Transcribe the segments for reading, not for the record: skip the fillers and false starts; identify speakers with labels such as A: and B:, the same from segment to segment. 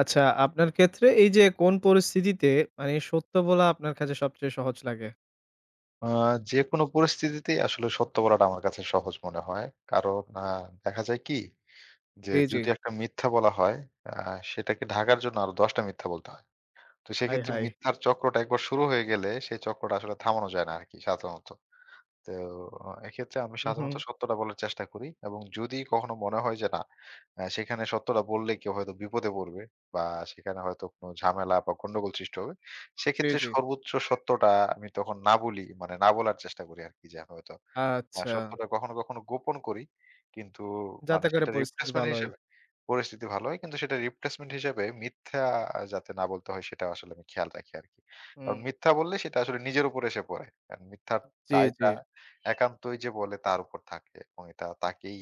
A: আচ্ছা, আপনার ক্ষেত্রে এই যে কোন পরিস্থিতিতে মানে সত্য বলা আপনার কাছে সবচেয়ে সহজ লাগে?
B: আ যেকোনো পরিস্থিতিতেই আসলে সত্য বলাটা আমার কাছে সহজ মনে হয়। কারণ দেখা যায় কি? যে
A: জি, জি।
B: যদি একটা মিথ্যা বলা হয় আ সেটাকে ঢাকার জন্য আরো ১০টা টা মিথ্যা বলতে হয়। তো
A: হায়,
B: সেক্ষেত্রে
A: হায়!
B: মিথ্যার চক্রটা একবার শুরু হয়ে গেলে সেই চক্রটা আসলে থামানো যায় না আরকি সাধারণত। তো এক্ষেত্রে আমি
A: হু, হু।
B: সাধারণত সত্যটা বলার চেষ্টা করি এবং যদি কখনো মনে হয় যে না সেখানে সত্যটা বললে কেউ হয়তো বিপদে পড়বে বা সেখানে হয়তো কোনো ঝামেলা বা গন্ডগোল সৃষ্টি হবে
A: জি,
B: সেক্ষেত্রে
A: জি।
B: সর্বোচ্চ সত্যটা আমি তখন না বলি মানে না বলার চেষ্টা করি আর কি যে হয়তো হ্যাঁ,
A: আচ্ছা।
B: সত্যটা কখনো, কখনো গোপন করি। কিন্তু মানে
A: যাতে করে
B: সেটা
A: পরিস্থিতি
B: রিপ্লেসমেন্ট
A: ভালো হয়।
B: হিসেবে পরিস্থিতি ভালো হয়। কিন্তু সেটা রিপ্লেসমেন্ট হিসেবে মিথ্যা যাতে না বলতে হয় সেটা আসলে আমি খেয়াল রাখি আরকি। কারণ
A: হুম।
B: মিথ্যা বললে সেটা আসলে নিজের উপর এসে পড়ে। কারণ মিথ্যার
A: জি, জি।
B: দায়টা একান্তই যে বলে তার উপর থাকে এবং এটা তাকেই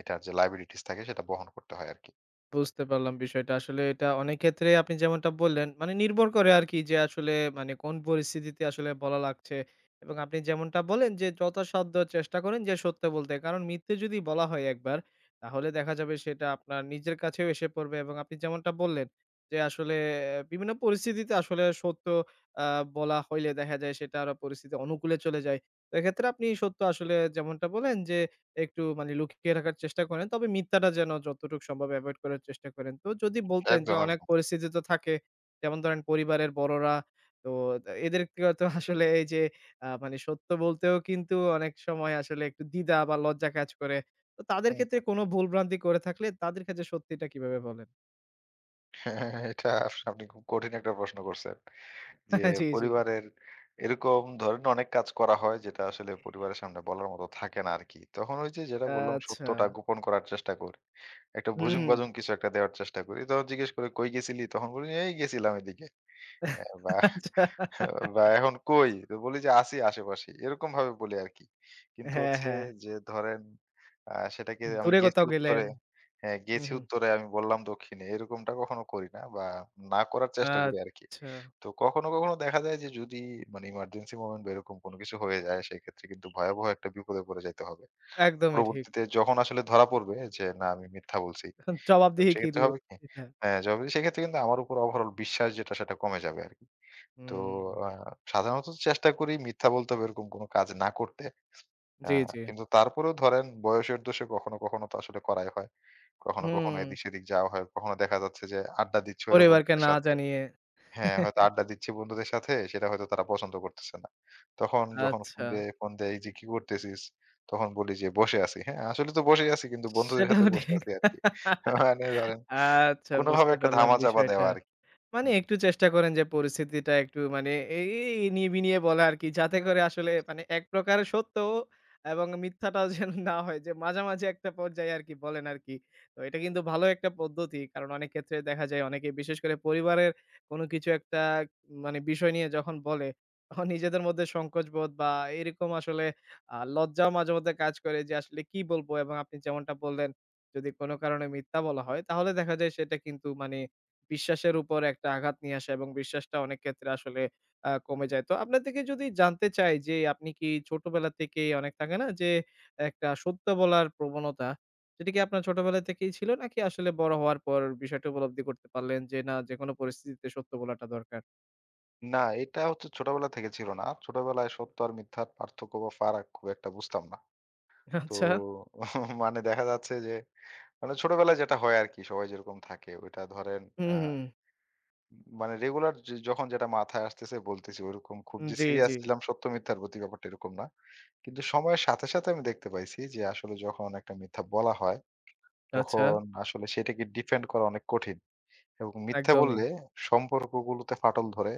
B: এটার যে liabilities থাকে সেটা বহন করতে হয় আরকি।
A: বুঝতে পারলাম বিষয়টা। আসলে এটা অনেক ক্ষেত্রে আপনি যেমনটা বললেন, মানে নির্ভর করে আরকি যে আসলে মানে কোন পরিস্থিতিতে আসলে বলা লাগছে এবং আপনি যেমনটা বলেন যে যথাসাধ্য চেষ্টা করেন যে সত্য বলতে। কারণ মিথ্যে যদি বলা হয় একবার, তাহলে দেখা যাবে সেটা আপনার নিজের কাছেও এসে পড়বে এবং আপনি যেমনটা বললেন যে আসলে বিভিন্ন পরিস্থিতিতে আসলে সত্য আ বলা হইলে দেখা যায় সেটা আরো পরিস্থিতি অনুকূলে চলে যায়। তো এক্ষেত্রে আপনি সত্য আসলে যেমনটা বলেন যে একটু মানে লুকিয়ে রাখার চেষ্টা করেন। তবে মিথ্যাটা যেন যতটুকু সম্ভব এভয়েড করার চেষ্টা করেন। তো যদি বলতেন যে
B: একদম,
A: অনেক
B: একদম।
A: পরিস্থিতি তো থাকে। যেমন ধরেন পরিবারের বড়রা তো এদেরকেও তো আসলে এই যে মানে সত্য বলতেও কিন্তু অনেক সময় আসলে একটু দ্বিধা বা লজ্জা কাজ করে। তো তাদের ক্ষেত্রে
B: হুম,
A: কোনো ভুলভ্রান্তি করে থাকলে তাদের কাছে সত্যিটা কিভাবে বলেন?
B: এটা আপনি খুব কঠিন একটা প্রশ্ন করছেন। যে
A: জি, জি।
B: পরিবারের এরকম ধরেন অনেক কাজ করা হয় যেটা আসলে পরিবারের সামনে বলার মতো থাকে না আরকি। তখন ওই যে যেটা বললাম
A: আচ্ছা।
B: সত্যটা গোপন করার চেষ্টা করি। একটা ভুজুং
A: হুম।
B: বাজুং কিছু একটা দেওয়ার চেষ্টা করি। তখন জিজ্ঞেস করে, "কই গেছিলি?" তখন বলি, "এই গেছিলাম এদিকে।" হ্যাঁ, বা
A: আচ্ছা।
B: বা "এখন কই?" তো বলি যে, "আছি আশেপাশে।" এরকম ভাবে বলি আরকি। কিন্তু
A: হ্যাঁ,
B: হচ্ছে
A: হ্যাঁ।
B: যে ধরেন সেটাকে আমি
A: দূরে
B: গেছি
A: কোথাও
B: উত্তরে
A: গেলেন।
B: হ্যাঁ,
A: হুম,
B: গেছি
A: হুম।
B: উত্তরে আমি বললাম দক্ষিণে। এরকমটা কখনো করি না বা না করার চেষ্টা করি আরকি।
A: আচ্ছা।
B: তো কখনো, কখনো দেখা যায় যে যদি মানে ইমার্জেন্সি মোমেন্ট বা এরকম কোনো কিছু হয়ে যায়, সেক্ষেত্রে কিন্তু ভয়াবহ একটা বিপদে পড়ে যাইতে হবে।
A: একদমই ঠিক।
B: পরবর্তীতে যখন আসলে ধরা পড়বে যে না আমি মিথ্যা বলছি, তখন
A: জবাবদিহি কি
B: সেক্ষেত্রে
A: দিবে?
B: হবে কি
A: এটা।
B: হ্যাঁ, যবে সেক্ষেত্রে কিন্তু আমার উপর ওভারঅল বিশ্বাস যেটা সেটা কমে যাবে আরকি। তো
A: হুম।
B: আ সাধারণত চেষ্টা করি মিথ্যা বলতে হবে এরকম কোনো কাজ না করতে। আ
A: জি, জি।
B: কিন্তু তারপরেও ধরেন বয়সের দোষে কখনো, কখনো তো আসলে করাই হয়। কখনো, কখনো
A: হুম।
B: এদিক সেদিক যাওয়া হয়। কখনো দেখা যাচ্ছে যে আড্ডা দিচ্ছি হয়তো
A: পরিবারকে
B: বন্ধুদের
A: না
B: সাথে
A: জানিয়ে।
B: হ্যাঁ, হয়তো আড্ডা দিচ্ছি বন্ধুদের সাথে সেটা হয়তো তারা পছন্দ করতেছে না। তখন যখন ফোন
A: আচ্ছা।
B: দিয়ে ফোন দেয় যে, "কি করতেছিস?" তখন বলি যে, "বসে আছি।" হ্যাঁ, আসলে তো বসেই আছি কিন্তু বন্ধুদের সাথে
A: সেটাও
B: বসে
A: ঠিক।
B: আছি আরকি। মানে ধরেন
A: আচ্ছা
B: কোনভাবে
A: বুঝতে
B: একটা
A: পারলাম
B: ধামাচাপা
A: বিষয়টা।
B: দেওয়া আরকি।
A: মানে
B: হুম।
A: একটু চেষ্টা করেন যে পরিস্থিতিটা একটু মানে এই এই নিয়ে বিনিয়ে বলা আরকি। যাতে করে আসলে মানে এক প্রকার সত্য এবং মিথ্যাটাও যেন না হয় যে মাঝামাঝি একটা পর্যায়ে আরকি বলেন আরকি। তো এটা কিন্তু ভালো একটা পদ্ধতি। কারণ অনেক ক্ষেত্রে দেখা যায় অনেকে বিশেষ করে পরিবারের কোনো কিছু একটা মানে বিষয় নিয়ে যখন বলে, তখন নিজেদের মধ্যে সংকোচবোধ বা এরকম আসলে লজ্জাও মাঝেমধ্যে কাজ করে যে আসলে কি বলবো এবং আপনি যেমনটা বললেন, যদি কোনো কারণে মিথ্যা বলা হয় তাহলে দেখা যায় সেটা কিন্তু মানে বিশ্বাসের উপর একটা আঘাত নিয়ে আসে এবং বিশ্বাসটা অনেক ক্ষেত্রে আসলে কমে যায়। তো আপনার থেকে যদি জানতে চাই যে আপনি কি ছোটবেলা থেকেই অনেক থাকে না যে একটা সত্য বলার প্রবণতা, সেটি কি আপনার ছোটবেলা থেকেই ছিল নাকি আসলে বড় হওয়ার পর বিষয়টা উপলব্ধি করতে পারলেন যে না যেকোনো পরিস্থিতিতে সত্য বলাটা দরকার?
B: না, এটা হচ্ছে ছোটবেলা থেকে ছিল না। ছোটবেলায় সত্য আর মিথ্যার পার্থক্য বা ফারাক খুব একটা বুঝতাম না। তো
A: আচ্ছা।
B: মানে দেখা যাচ্ছে যে, মানে ছোটবেলায় যেটা হয় আরকি সবাই যেরকম থাকে ওইটা ধরেন আ
A: হুম, হুম।
B: মানে রেগুলার যখন যেটা মাথায় আসতেছে বলতেছি ওরকম খুব
A: হুম,
B: যে
A: জি,
B: সিরিয়াস
A: জি।
B: ছিলাম সত্য মিথ্যার প্রতি ব্যাপারটা এরকম না। কিন্তু সময়ের সাথে, সাথে আমি দেখতে পাইছি যে আসলে যখন একটা মিথ্যা বলা হয়
A: আচ্ছা,
B: তখন আসলে সেটাকে ডিফেন্ড করা অনেক কঠিন এবং মিথ্যা
A: একদমই।
B: বললে সম্পর্কগুলোতে ফাটল ধরে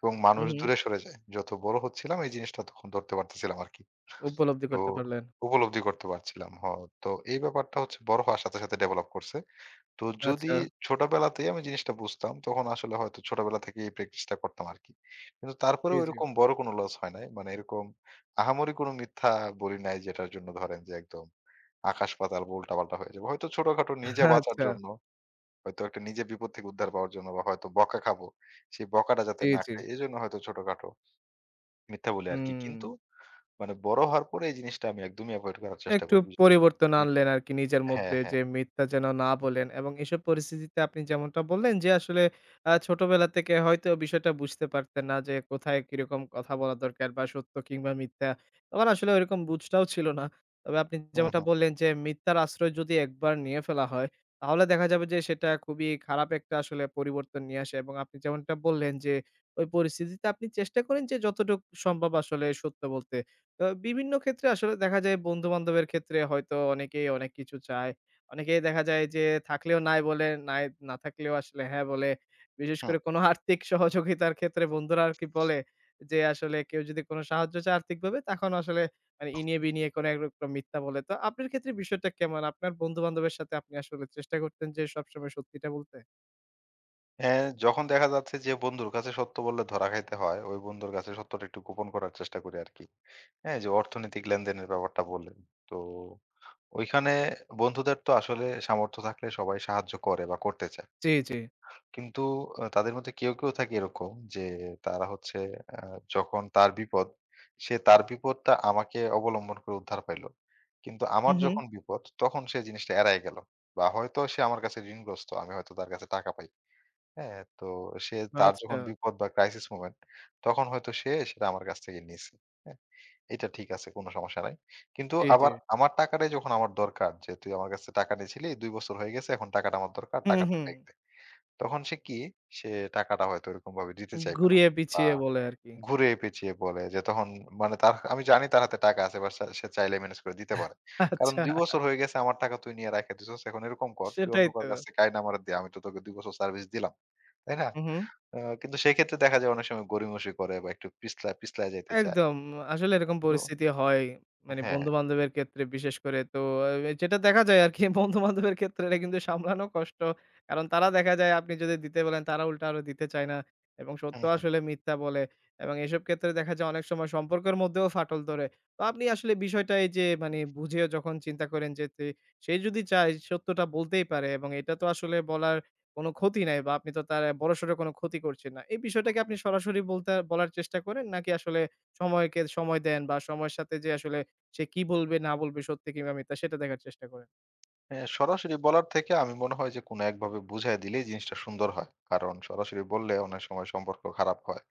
B: এবং মানুষ
A: হুম, হুম।
B: দূরে সরে যায়। যত বড় হচ্ছিলাম এই জিনিসটা তখন ধরতে পারতেছিলাম আরকি।
A: উপলব্ধি
B: তো
A: করতে পারলেন।
B: উপলব্ধি করতে পারছিলাম। তো এই ব্যাপারটা হচ্ছে বড় হওয়ার সাথে, সাথে ডেভেলপ করছে। তো যদি
A: আচ্ছা।
B: ছোটবেলাতেই আমি জিনিসটা বুঝতাম, তখন আসলে হয়তো ছোটবেলা থেকেই এই প্র্যাকটিসটা করতাম আরকি। কিন্তু
A: জি,
B: তারপরেও
A: জি।
B: এরকম বড় কোনো লস হয় নাই। মানে এরকম আহামরি কোনো মিথ্যা বলি নাই যেটার জন্য ধরেন যে একদম আকাশ-পাতাল বা উল্টা-পাল্টা হয়ে যাবে। হয়তো ছোটখাটো নিজে বাঁচার
A: আচ্ছা।
B: জন্য, হয়তো একটা নিজে বিপদ থেকে উদ্ধার পাওয়ার জন্য বা হয়তো বকা খাবো। সেই বকাটা যাতে
A: জি,
B: না
A: জি।
B: খাই, এজন্য হয়তো ছোটখাটো মিথ্যা বলি আরকি।
A: হুম।
B: কিন্তু মানে বড় হওয়ার পরে এই জিনিসটা আমি একদমই এভয়েড করার চেষ্টা
A: একটু
B: করি। মি-
A: পরিবর্তন
B: মি-
A: আনলেন আরকি নিজের
B: হ্যাঁ,
A: মধ্যে
B: হ্যাঁ।
A: যে মিথ্যা যেন না বলেন এবং এসব পরিস্থিতিতে আপনি যেমনটা বললেন যে আসলে ছোটবেলা থেকে হয়তো বিষয়টা বুঝতে পারতেন না যে কোথায় কিরকম কথা বলা দরকার বা সত্য কিংবা মিথ্যা। তখন আসলে ওইরকম বুঝটাও ছিল না। তবে আপনি
B: হুম,
A: যেমনটা
B: হুম,
A: বললেন যে মিথ্যার আশ্রয় যদি একবার নিয়ে ফেলা হয় তাহলে দেখা যাবে যে সেটা খুবই খারাপ একটা আসলে পরিবর্তন নিয়ে আসে এবং আপনি যেমনটা বললেন যে ওই পরিস্থিতিতে আপনি চেষ্টা করেন যে যতটুকু সম্ভব আসলে সত্য বলতে। বিভিন্ন ক্ষেত্রে আসলে দেখা যায় বন্ধু-বান্ধবের ক্ষেত্রে হয়তো অনেকেই অনেক কিছু চায়। অনেকেই দেখা যায় যে থাকলেও নাই বলে, নাই না থাকলেও আসলে হ্যাঁ বলে। বিশেষ
B: হুম।
A: করে কোনো আর্থিক সহযোগিতার ক্ষেত্রে বন্ধুরা আরকি বলে যে আসলে কেউ যদি কোনো সাহায্য চায় আর্থিকভাবে তখন আসলে মানে ইনিয়ে বিনিয়ে কোনো একরকম মিথ্যা বলে। তো আপনার ক্ষেত্রে বিষয়টা কেমন? আপনার বন্ধু-বান্ধবের সাথে আপনি আসলে চেষ্টা করতেন যে সবসময় সত্যিটা বলতে?
B: হ্যাঁ, যখন দেখা যাচ্ছে যে বন্ধুর কাছে সত্য বললে ধরা খাইতে হয়, ওই বন্ধুর কাছে সত্যটা একটু গোপন করার চেষ্টা করি আরকি। হ্যাঁ, যে অর্থনৈতিক লেনদেনের ব্যাপারটা বললেন। তো ওইখানে বন্ধুদের তো আসলে সামর্থ্য থাকলে সবাই সাহায্য করে বা করতে চায়।
A: জি, জি।
B: কিন্তু তাদের মধ্যে কেউ, কেউ থাকে এরকম যে তারা হচ্ছে আ যখন তার বিপদ, সে তার বিপদটা আমাকে অবলম্বন করে উদ্ধার পাইলো। কিন্তু
A: হু,
B: আমার
A: হুম।
B: যখন বিপদ তখন সে জিনিসটা এড়ায় গেল। বা হয়তো সে আমার কাছে ঋণগ্রস্ত, আমি হয়তো তার কাছে টাকা পাই। হ্যাঁ, তো সে তার
A: আচ্ছা।
B: যখন বিপদ বা ক্রাইসিস মোমেন্ট তখন হয়তো সে সেটা আমার কাছ থেকে নিছে। হ্যাঁ? এটা ঠিক আছে কোনো সমস্যা নাই। কিন্তু
A: জি, জি।
B: আবার আমার টাকাটাই যখন আমার দরকার যে তুই আমার কাছে টাকা নিয়েছিলি ২ বছর হয়ে গেছে এখন টাকাটা আমার দরকার
A: হুম,
B: টাকাটা
A: হুম।
B: ব্যাক দে। তখন সে কি সে টাকাটা হয়তো এরকম ভাবে দিতে চাইবে না।
A: ঘুরিয়ে
B: বা
A: পিছিয়ে বলে আরকি।
B: ঘুরে পেঁচিয়ে বলে যে তখন মানে তার আমি জানি তার হাতে টাকা আছে বা সে সে চাইলে মেনেজ করে দিতে পারে। কারণ
A: আচ্ছা,
B: ২ বছর হয়ে গেছে আমার টাকা তুই নিয়ে রাইখা দিছস এখন এরকম কর তুই অন্য
A: সেটাই তো।
B: কারো কাছ থেকে আইনা আমারে দে আমি তো তোকে ২ বছর সার্ভিস দিলাম। তাই না?
A: হু, হু।
B: কিন্তু সেক্ষেত্রে দেখা যায় অনেক সময় গড়িমসি করে বা একটু পিছলা পিছলায় যাইতে চায়।
A: একদম। আসলে এরকম
B: তো
A: পরিস্থিতি হয়। মানে
B: হ্যাঁ,
A: বন্ধু-বান্ধবের ক্ষেত্রে বিশেষ করে তো যেটা দেখা যায় আরকি বন্ধু-বান্ধবের ক্ষেত্রে এটা কিন্তু সামলানো কষ্ট। কারণ তারা দেখা যায় আপনি যদি দিতে বলেন তারা উল্টা আরো দিতে চায় না এবং সত্য
B: হুম, হুম।
A: আসলে মিথ্যা বলে এবং এসব ক্ষেত্রে দেখা যায় অনেক সময় সম্পর্কের মধ্যেও ফাটল ধরে। তো আপনি আসলে বিষয়টা এই যে মানে বুঝেও যখন চিন্তা করেন যে সে যদি চায় সত্যটা বলতেই পারে এবং এটা তো আসলে বলার কোনো ক্ষতি নাই বা আপনি তো তার বড়সড় কোনো ক্ষতি করছেন না। এই বিষয়টা কি আপনি সরাসরি বলার চেষ্টা করেন নাকি আসলে সময়কে সময় দেন বা সময়ের সাথে যে আসলে সে কি বলবে না বলবে সত্যি কিংবা মিথ্যা সেটা দেখার চেষ্টা করেন।
B: হ্যাঁ, সরাসরি বলার থেকে আমি মনে হয় যে কোনো একভাবে বুঝায় দিলেই জিনিসটা সুন্দর হয়। কারণ সরাসরি বললে অনেক সময় সম্পর্ক খারাপ হয়।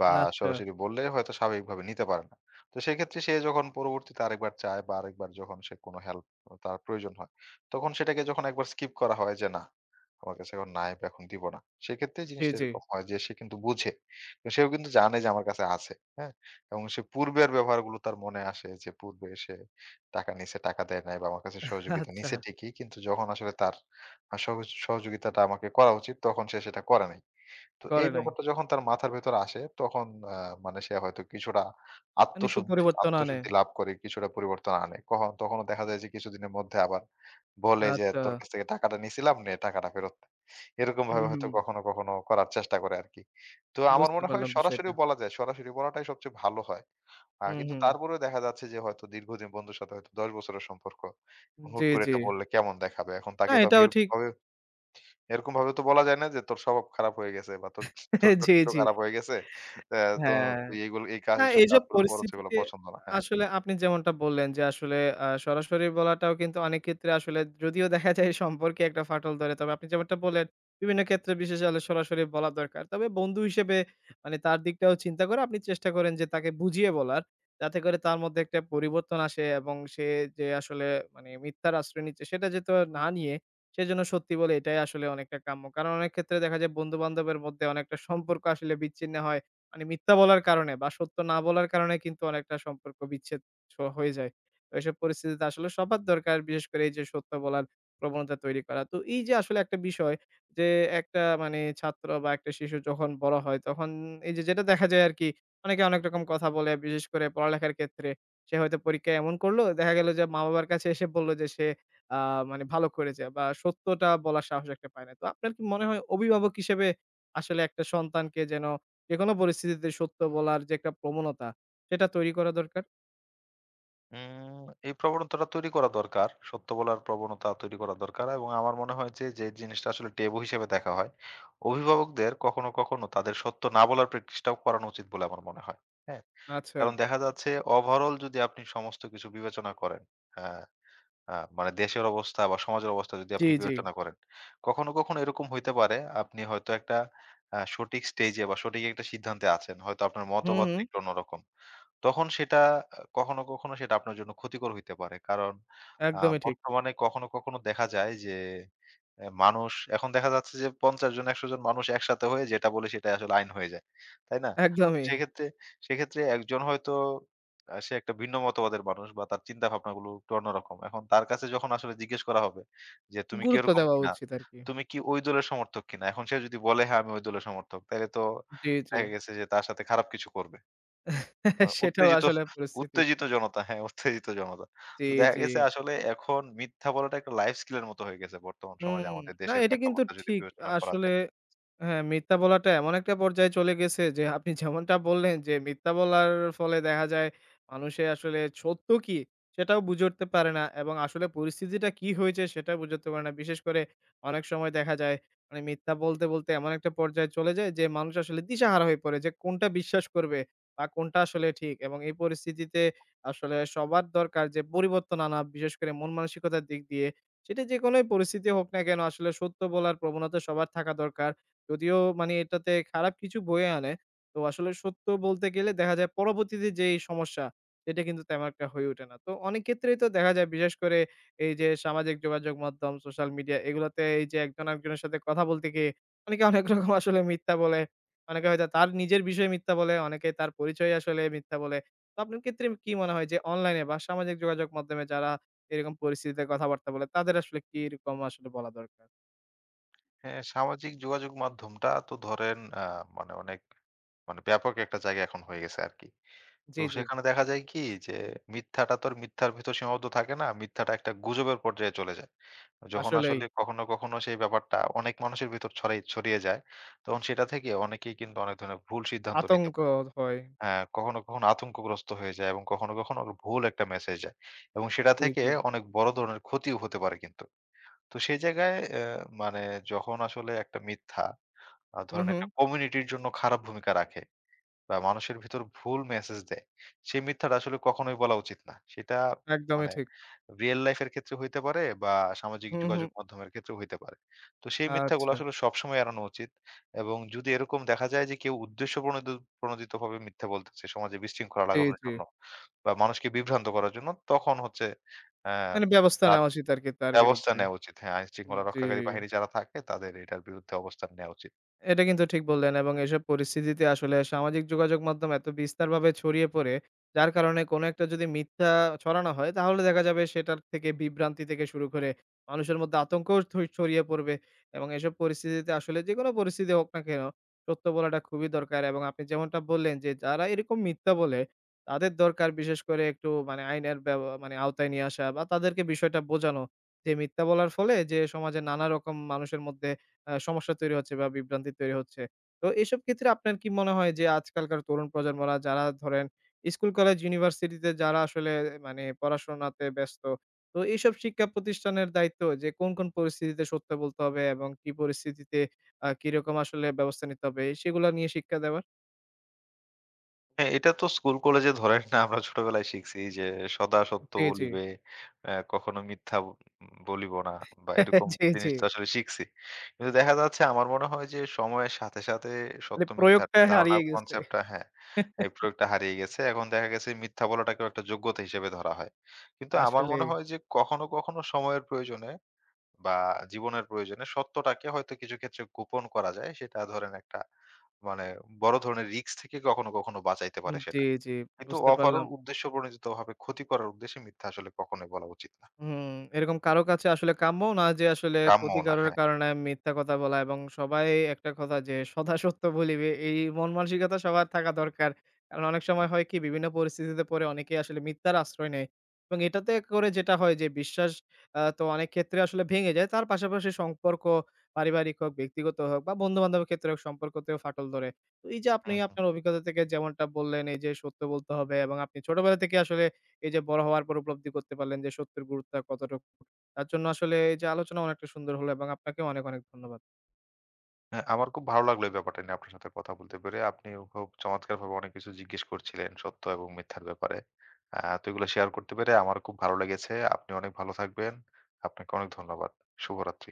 B: বা
A: আচ্ছা।
B: সরাসরি বললে হয়তো স্বাভাবিকভাবে নিতে পারে না। তো সেক্ষেত্রে সে যখন পরবর্তীতে আরেকবার চায় বা আরেকবার যখন সে কোনো হেল্প তার প্রয়োজন হয়, তখন সেটাকে যখন একবার স্কিপ করা হয় যে না, আমার কাছে এখন নাই বা এখন দিব না। সেক্ষেত্রে
A: জি,
B: জিনিসটা
A: জি।
B: এরকম হয় যে সে কিন্তু বুঝে। তো সেও কিন্তু জানে যে আমার কাছে আছে, হ্যাঁ? এবং সে পূর্বের ব্যবহারগুলো তার মনে আসে যে পূর্বে সে টাকা নিছে, টাকা দেয় নাই বা আমার কাছে সহযোগিতা
A: আচ্ছা,
B: নিছে ঠিকই। কিন্তু যখন আসলে তার সহজ সহযোগিতাটা আমাকে করা উচিত তখন সে সেটা করে নাই। তো এই
A: করে নাই।
B: ব্যাপারটা যখন তার মাথার ভেতরে আসে তখন আ মানে সে হয়তো কিছুটা
A: মানে একটু
B: আত্মশুদ্ধি
A: পরিবর্তন আনে।
B: আত্মশুদ্ধি লাভ করে কিছুটা পরিবর্তন আনে। কখন তখনও দেখা যায় যে কিছুদিনের মধ্যে আবার বলে যে,
A: আচ্ছা।
B: "তোর কাছ থেকে টাকাটা নিছিলাম নে টাকাটা ফেরত দে।"
A: হুম,
B: এরকমভাবে হয়তো
A: হুম।
B: কখনো, কখনো করার চেষ্টা করে আরকি। তো আমার
A: বুঝতে
B: মনে হয়
A: পারলাম বিষয়টা।
B: সরাসরিও বলা যায়। সরাসরি বলাটাই সবচেয়ে ভালো হয়।
A: হুম,
B: কিন্তু
A: হুম।
B: তারপরেও দেখা যাচ্ছে যে হয়তো দীর্ঘদিন বন্ধুর সাথে হয়তো ১০ বছরের সম্পর্ক।
A: জি,
B: হুট করে
A: জি।
B: এটা বললে কেমন দেখাবে? এখন
A: না
B: তাকে তো আমি
A: এটাও ঠিক।
B: এরকমভাবে এরকম ভাবে তো বলা যায় না যে তোর স্বভাব খারাপ হয়ে গেছে বা তোর তোর
A: জি,
B: চরিত্র
A: জি।
B: খারাপ হয়ে গেছে। তো
A: হ্যাঁ।
B: তুই এগুলো এই কাজ
A: না
B: এসব
A: এইসব
B: কাজগুলো করছ এগুলো
A: পরিস্থিতিতে
B: পছন্দ না। হ্যাঁ।
A: আসলে আপনি যেমনটা বললেন যে আসলে সরাসরি বলাটাও কিন্তু অনেক ক্ষেত্রে আসলে যদিও দেখা যায় সম্পর্কে একটা ফাটল ধরে। তবে আপনি যেমনটা বললেন বিভিন্ন ক্ষেত্রে বিশেষে হলে সরাসরি বলা দরকার। তবে বন্ধু হিসেবে মানে তার দিকটাও চিন্তা করে আপনি চেষ্টা করেন যে তাকে বুঝিয়ে বলার। যাতে করে তার মধ্যে একটা পরিবর্তন আসে এবং সে যে আসলে মানে মিথ্যার আশ্রয় নিচ্ছে সেটা যেহেতু না নিয়ে সেজন্য সত্যি বলে এটাই আসলে অনেকটা কাম্য। কারণ অনেক ক্ষেত্রে দেখা যায় বন্ধু-বান্ধবের মধ্যে অনেকটা সম্পর্ক আসলে বিচ্ছিন্ন হয়। মানে মিথ্যা বলার কারণে বা সত্য না বলার কারণে কিন্তু অনেকটা সম্পর্ক বিচ্ছেদ হয়ে যায়। তো এসব পরিস্থিতিতে আসলে সবার দরকার বিশেষ করে এই যে সত্য বলার প্রবণতা তৈরি করা। তো এই যে আসলে একটা বিষয় যে একটা মানে ছাত্র বা একটা শিশু যখন বড় হয় তখন এই যে যেটা দেখা যায় আরকি অনেকে অনেক রকম কথা বলে বিশেষ করে পড়ালেখার ক্ষেত্রে। সে হয়তো পরীক্ষায় এমন করলো দেখা গেল যে মা-বাবার কাছে এসে বলল যে সে আ মানে ভালো করেছে বা সত্যটা বলার সাহস একটা পায় না। তো আপনার কি মনে হয় অভিভাবক হিসেবে আসলে একটা সন্তানকে যেন যেকোনো পরিস্থিতিতে সত্য বলার যে একটা প্রবণতা, সেটা তৈরি করা দরকার।
B: এই প্রবণতাটা তৈরি করা দরকার। সত্য বলার প্রবণতা তৈরি করা দরকার এবং আমার মনে হয় যে, যে জিনিসটা আসলে টেবু হিসেবে দেখা হয়, অভিভাবকদের কখনো, কখনো তাদের সত্য না বলার প্র্যাকটিসটাও করানো উচিত বলে আমার মনে হয়। হ্যাঁ?
A: আচ্ছা।
B: কারণ দেখা যাচ্ছে ওভারঅল যদি আপনি সমস্ত কিছু বিবেচনা করেন, হ্যাঁ আ মানে দেশের অবস্থা বা সমাজের অবস্থা যদি
A: জি,
B: আপনি
A: জি।
B: বিবেচনা করেন। কখনো, কখনো এরকম হইতে পারে আপনি হয়তো একটা সঠিক স্টেজে বা সঠিক একটা সিদ্ধান্তে আছেন। হয়তো আপনার
A: হুম,
B: মতবাদটা
A: হুম।
B: একটু অন্যরকম। তখন সেটা কখনো, কখনো সেটা আপনার জন্য ক্ষতিকর হইতে পারে। কারণ
A: একদমই ঠিক।
B: বর্তমানে কখনো, কখনো দেখা যায় যে মানুষ এখন দেখা যাচ্ছে যে ৫০ জন ১০০ জন মানুষ একসাথে হয়ে যেটা বলে সেটাই আসলে আইন হয়ে যায়। তাই না? তো
A: একদমই।
B: সেক্ষেত্রে সেক্ষেত্রে একজন হয়তো সে একটা ভিন্ন মতবাদের মানুষ বা তার চিন্তা ভাবনাগুলো একটু অন্যরকম। এখন তার কাছে যখন আসলে জিজ্ঞেস করা হবে যে, "তুমি কি
A: গুরুত্ব
B: এরকম
A: দেওয়া
B: কিনা?
A: উচিত আরকি।
B: তুমি কি ওই দলের সমর্থক কিনা?" এখন সে যদি বলে, "হ্যাঁ, আমি ওই দলের সমর্থক।" তাইলে তো
A: জি, জি।
B: দেখা গেছে যে তার সাথে খারাপ কিছু করবে। মানে
A: সেটাও
B: উত্তেজিত
A: আসলে পরিস্থিতি।
B: উত্তেজিত জনতা। হ্যাঁ, উত্তেজিত জনতা।
A: জি,
B: তো দেখা
A: জি।
B: গেছে আসলে এখন মিথ্যা বলাটা একটা লাইফ স্কিল এর মতো হয়ে গেছে বর্তমান সমাজে
A: হুম,
B: আমাদের
A: না
B: দেশের
A: এটা কিন্তু
B: প্রেক্ষাপটটা যদি
A: ঠিক।
B: বিবেচনা করা
A: আসলে
B: যায়।
A: হ্যাঁ, মিথ্যা বলাটা এমন একটা পর্যায়ে চলে গেছে যে আপনি যেমনটা বললেন যে মিথ্যা বলার ফলে দেখা যায় মানুষে আসলে সত্য কি সেটাও বুঝে উঠতে পারে না এবং আসলে পরিস্থিতিটা কি হয়েছে সেটা বুঝে উঠতে পারে না। বিশেষ করে অনেক সময় দেখা যায় মানে মিথ্যা বলতে, বলতে এমন একটা পর্যায়ে চলে যায় যে মানুষ আসলে দিশাহারা হয়ে পড়ে যে কোনটা বিশ্বাস করবে বা কোনটা আসলে ঠিক এবং এই পরিস্থিতিতে আসলে সবার দরকার যে পরিবর্তন আনা বিশেষ করে মন মানসিকতার দিক দিয়ে। সেটা যেকোনোই পরিস্থিতি হোক না কেন আসলে সত্য বলার প্রবণতা সবার থাকা দরকার। যদিও মানে এটাতে খারাপ কিছু বয়ে আনে। তো আসলে সত্য বলতে গেলে দেখা যায় পরবর্তীতে যেই সমস্যা সেটা কিন্তু তেমন একটা হয়ে ওঠে না। তো অনেক ক্ষেত্রেই তো দেখা যায় বিশেষ করে এই যে সামাজিক যোগাযোগ মাধ্যম, সোশ্যাল মিডিয়া এগুলাতে এই যে একজন আরেকজনের সাথে কথা বলতে গিয়ে অনেকে অনেক রকম আসলে মিথ্যা বলে। অনেকে হয়তো তার নিজের বিষয়ে মিথ্যা বলে, অনেকে তার পরিচয়ে আসলে মিথ্যা বলে। তো আপনার ক্ষেত্রে কি মনে হয় যে অনলাইনে বা সামাজিক যোগাযোগ মাধ্যমে যারা এরকম পরিস্থিতিতে কথাবার্তা বলে তাদের আসলে কিরকম আসলে বলা দরকার?
B: হ্যাঁ, সামাজিক যোগাযোগ মাধ্যমটা তো ধরেন মানে অনেক মানে ব্যাপক একটা জায়গা এখন হয়ে গেছে আরকি। তো
A: জি, জি।
B: সেখানে দেখা যায় কি যে মিথ্যাটা তো আর মিথ্যার ভিতর সীমাবদ্ধ থাকে না। মিথ্যাটা একটা গুজবের পর্যায়ে চলে যায়। যখন
A: আসলেই
B: আসলে কখনো, কখনো সেই ব্যাপারটা অনেক মানুষের ভিতর ছড়িয়ে যায়, তখন সেটা থেকে অনেকেই কিন্তু অনেক ধরনের ভুল সিদ্ধান্ত নিতে
A: আতঙ্ক
B: পারে।
A: হয়।
B: হ্যাঁ, কখনো, কখনো আতঙ্কগ্রস্ত হয়ে যায় এবং কখনো, কখনো আবার ভুল একটা মেসেজ যায়। এবং সেটা
A: জি,
B: থেকে
A: জি।
B: অনেক বড় ধরনের ক্ষতিও হতে পারে কিন্তু। তো সেই জায়গায় মানে যখন আসলে একটা মিথ্যা
A: হুম,
B: ধরেন
A: হুম।
B: একটা কমিউনিটির জন্য খারাপ ভূমিকা রাখে বা মানুষের ভিতর ভুল মেসেজ দেয়, সেই মিথ্যাটা আসলে কখনোই বলা উচিত না। সেটা
A: একদমই
B: মানে
A: ঠিক।
B: রিয়াল লাইফ এর ক্ষেত্রে হইতে পারে বা সামাজিক
A: হুম,
B: যোগাযোগ
A: হুম।
B: মাধ্যমের ক্ষেত্রেও হইতে পারে। তো সেই মিথ্যাগুলো
A: আচ্ছা।
B: আসলে সবসময় এড়ানো উচিত এবং যদি এরকম দেখা যায় যে কেউ প্রণোদিতভাবে মিথ্যা বলতেছে সমাজে বিশৃঙ্খলা
A: জি,
B: লাগানোর
A: জি।
B: জন্য বা মানুষকে বিভ্রান্ত করার জন্য তখন হচ্ছে অ্যা
A: মানে ব্যবস্থা
B: তার
A: নেওয়া উচিত আরকি তার
B: ব্যবস্থা
A: বিরুদ্ধে।
B: নেওয়া উচিত। হ্যাঁ, আইনশৃঙ্খলা
A: জি।
B: রক্ষাকারী বাহিনী যারা থাকে তাদের এটার বিরুদ্ধে অবস্থান নেওয়া উচিত।
A: এটা কিন্তু ঠিক বললেন এবং এসব পরিস্থিতিতে আসলে সামাজিক যোগাযোগ মাধ্যম এত বিস্তারভাবে ছড়িয়ে পড়ে যার কারণে কোনো একটা যদি মিথ্যা ছড়ানো হয় তাহলে দেখা যাবে সেটার থেকে বিভ্রান্তি থেকে শুরু করে মানুষের মধ্যে আতঙ্কও ছড়িয়ে পড়বে এবং এসব পরিস্থিতিতে আসলে যে কোনো পরিস্থিতি হোক না কেন সত্য বলাটা খুবই দরকার এবং আপনি যেমনটা বললেন যে যারা এরকম মিথ্যা বলে তাদের দরকার বিশেষ করে একটু মানে আইনের মানে আওতায় নিয়ে আসা বা তাদেরকে বিষয়টা বোঝানো যে মিথ্যা বলার ফলে যে সমাজে নানা রকম মানুষের মধ্যে সমস্যা তৈরি হচ্ছে বা বিভ্রান্তি তৈরি হচ্ছে। তো এসব ক্ষেত্রে আপনার কি মনে হয় যে আজকালকার তরুণ প্রজন্মরা যারা ধরেন স্কুল, কলেজ, ইউনিভার্সিটিতে যারা আসলে মানে পড়াশোনাতে ব্যস্ত, তো এইসব শিক্ষা প্রতিষ্ঠানের দায়িত্ব যে কোন, কোন পরিস্থিতিতে সত্য বলতে হবে এবং কি পরিস্থিতিতে কিরকম আসলে ব্যবস্থা নিতে হবে সেগুলা নিয়ে শিক্ষা দেওয়ার?
B: হ্যাঁ, এটা তো স্কুল কলেজে ধরেন না আমরা ছোটবেলায় শিখছি যে সদা সত্য
A: জি, জি,
B: বলিবে, কখনো মিথ্যা বলিব না বা এরকম
A: জি, জি।
B: জিনিস তো আসলে শিখছি। কিন্তু দেখা যাচ্ছে আমার মনে হয় যে সময়ের সাথে, সাথে
A: মানে
B: সত্য মিথ্যার
A: প্রয়োগটা
B: যে ধারণা
A: হারিয়ে গেছে।
B: কনসেপ্টটা হ্যাঁ, এই প্রয়োগটা হারিয়ে গেছে। এখন দেখা গেছে মিথ্যা বলাটাকেও একটা যোগ্যতা হিসেবে ধরা হয়। কিন্তু আমার মনে
A: আসলেই।
B: হয় যে কখনো, কখনো সময়ের প্রয়োজনে বা জীবনের প্রয়োজনে সত্যটাকে হয়তো কিছু ক্ষেত্রে গোপন করা যায় সেটা ধরেন একটা মানে বড় ধরনের রিস্ক থেকে কখনো কখনো বাঁচাইতে পারে
A: জি,
B: সেটা
A: জি
B: কিন্তু
A: বুঝতে
B: ওভারঅল
A: পারলাম।
B: উদ্দেশ্য প্রণোদিত ভাবে ক্ষতি করার উদ্দেশ্যে মিথ্যা আসলে কখনোই বলা উচিত না
A: হুম, এরকম কারো কাছে আসলে কাম্য না যে আসলে
B: কাম্যও না।
A: ক্ষতিকারর
B: হ্যাঁ।
A: কারণে মিথ্যা কথা বলা এবং সবাই একটা কথা যে সদা সত্য বলিবে এই মন মানসিকতা সবার থাকা দরকার। কারণ অনেক সময়
B: হুম,
A: হয় কি বিভিন্ন পরিস্থিতিতে পড়ে অনেকেই আসলে মিথ্যার আশ্রয় নেয়। এবং এটাতে করে যেটা হয় যে বিশ্বাস তো অনেক ক্ষেত্রে আসলে ভেঙে যায়। তার পাশাপাশি সম্পর্ক পারিবারিক হোক, ব্যক্তিগত হোক বা বন্ধু-বান্ধবের ক্ষেত্রে হোক সম্পর্কতেও ফাটল ধরে। তো এই যে আপনি
B: হুম, হুম।
A: আপনার অভিজ্ঞতা থেকে যেমনটা বললেন এই যে সত্য বলতে হবে এবং আপনি ছোটবেলা থেকে আসলে এই যে বড় হওয়ার পর উপলব্ধি করতে পারলেন যে সত্যের গুরুত্ব কতটুকু। তার জন্য আসলে এই যে আলোচনা অনেকটা সুন্দর হলো এবং আপনাকেও অনেক, অনেক ধন্যবাদ।
B: হ্যাঁ, আমার খুব ভালো লাগলো এই ব্যাপারটা নিয়ে আপনার সাথে কথা বলতে পেরে। আপনি খুব চমৎকার ভাবে অনেক কিছু জিজ্ঞেস করছিলেন সত্য এবং মিথ্যার ব্যাপারে। তো এগুলো শেয়ার করতে পেরে আমার খুব ভালো লেগেছে। আপনি অনেক ভালো থাকবেন। আপনাকে অনেক ধন্যবাদ। শুভরাত্রি।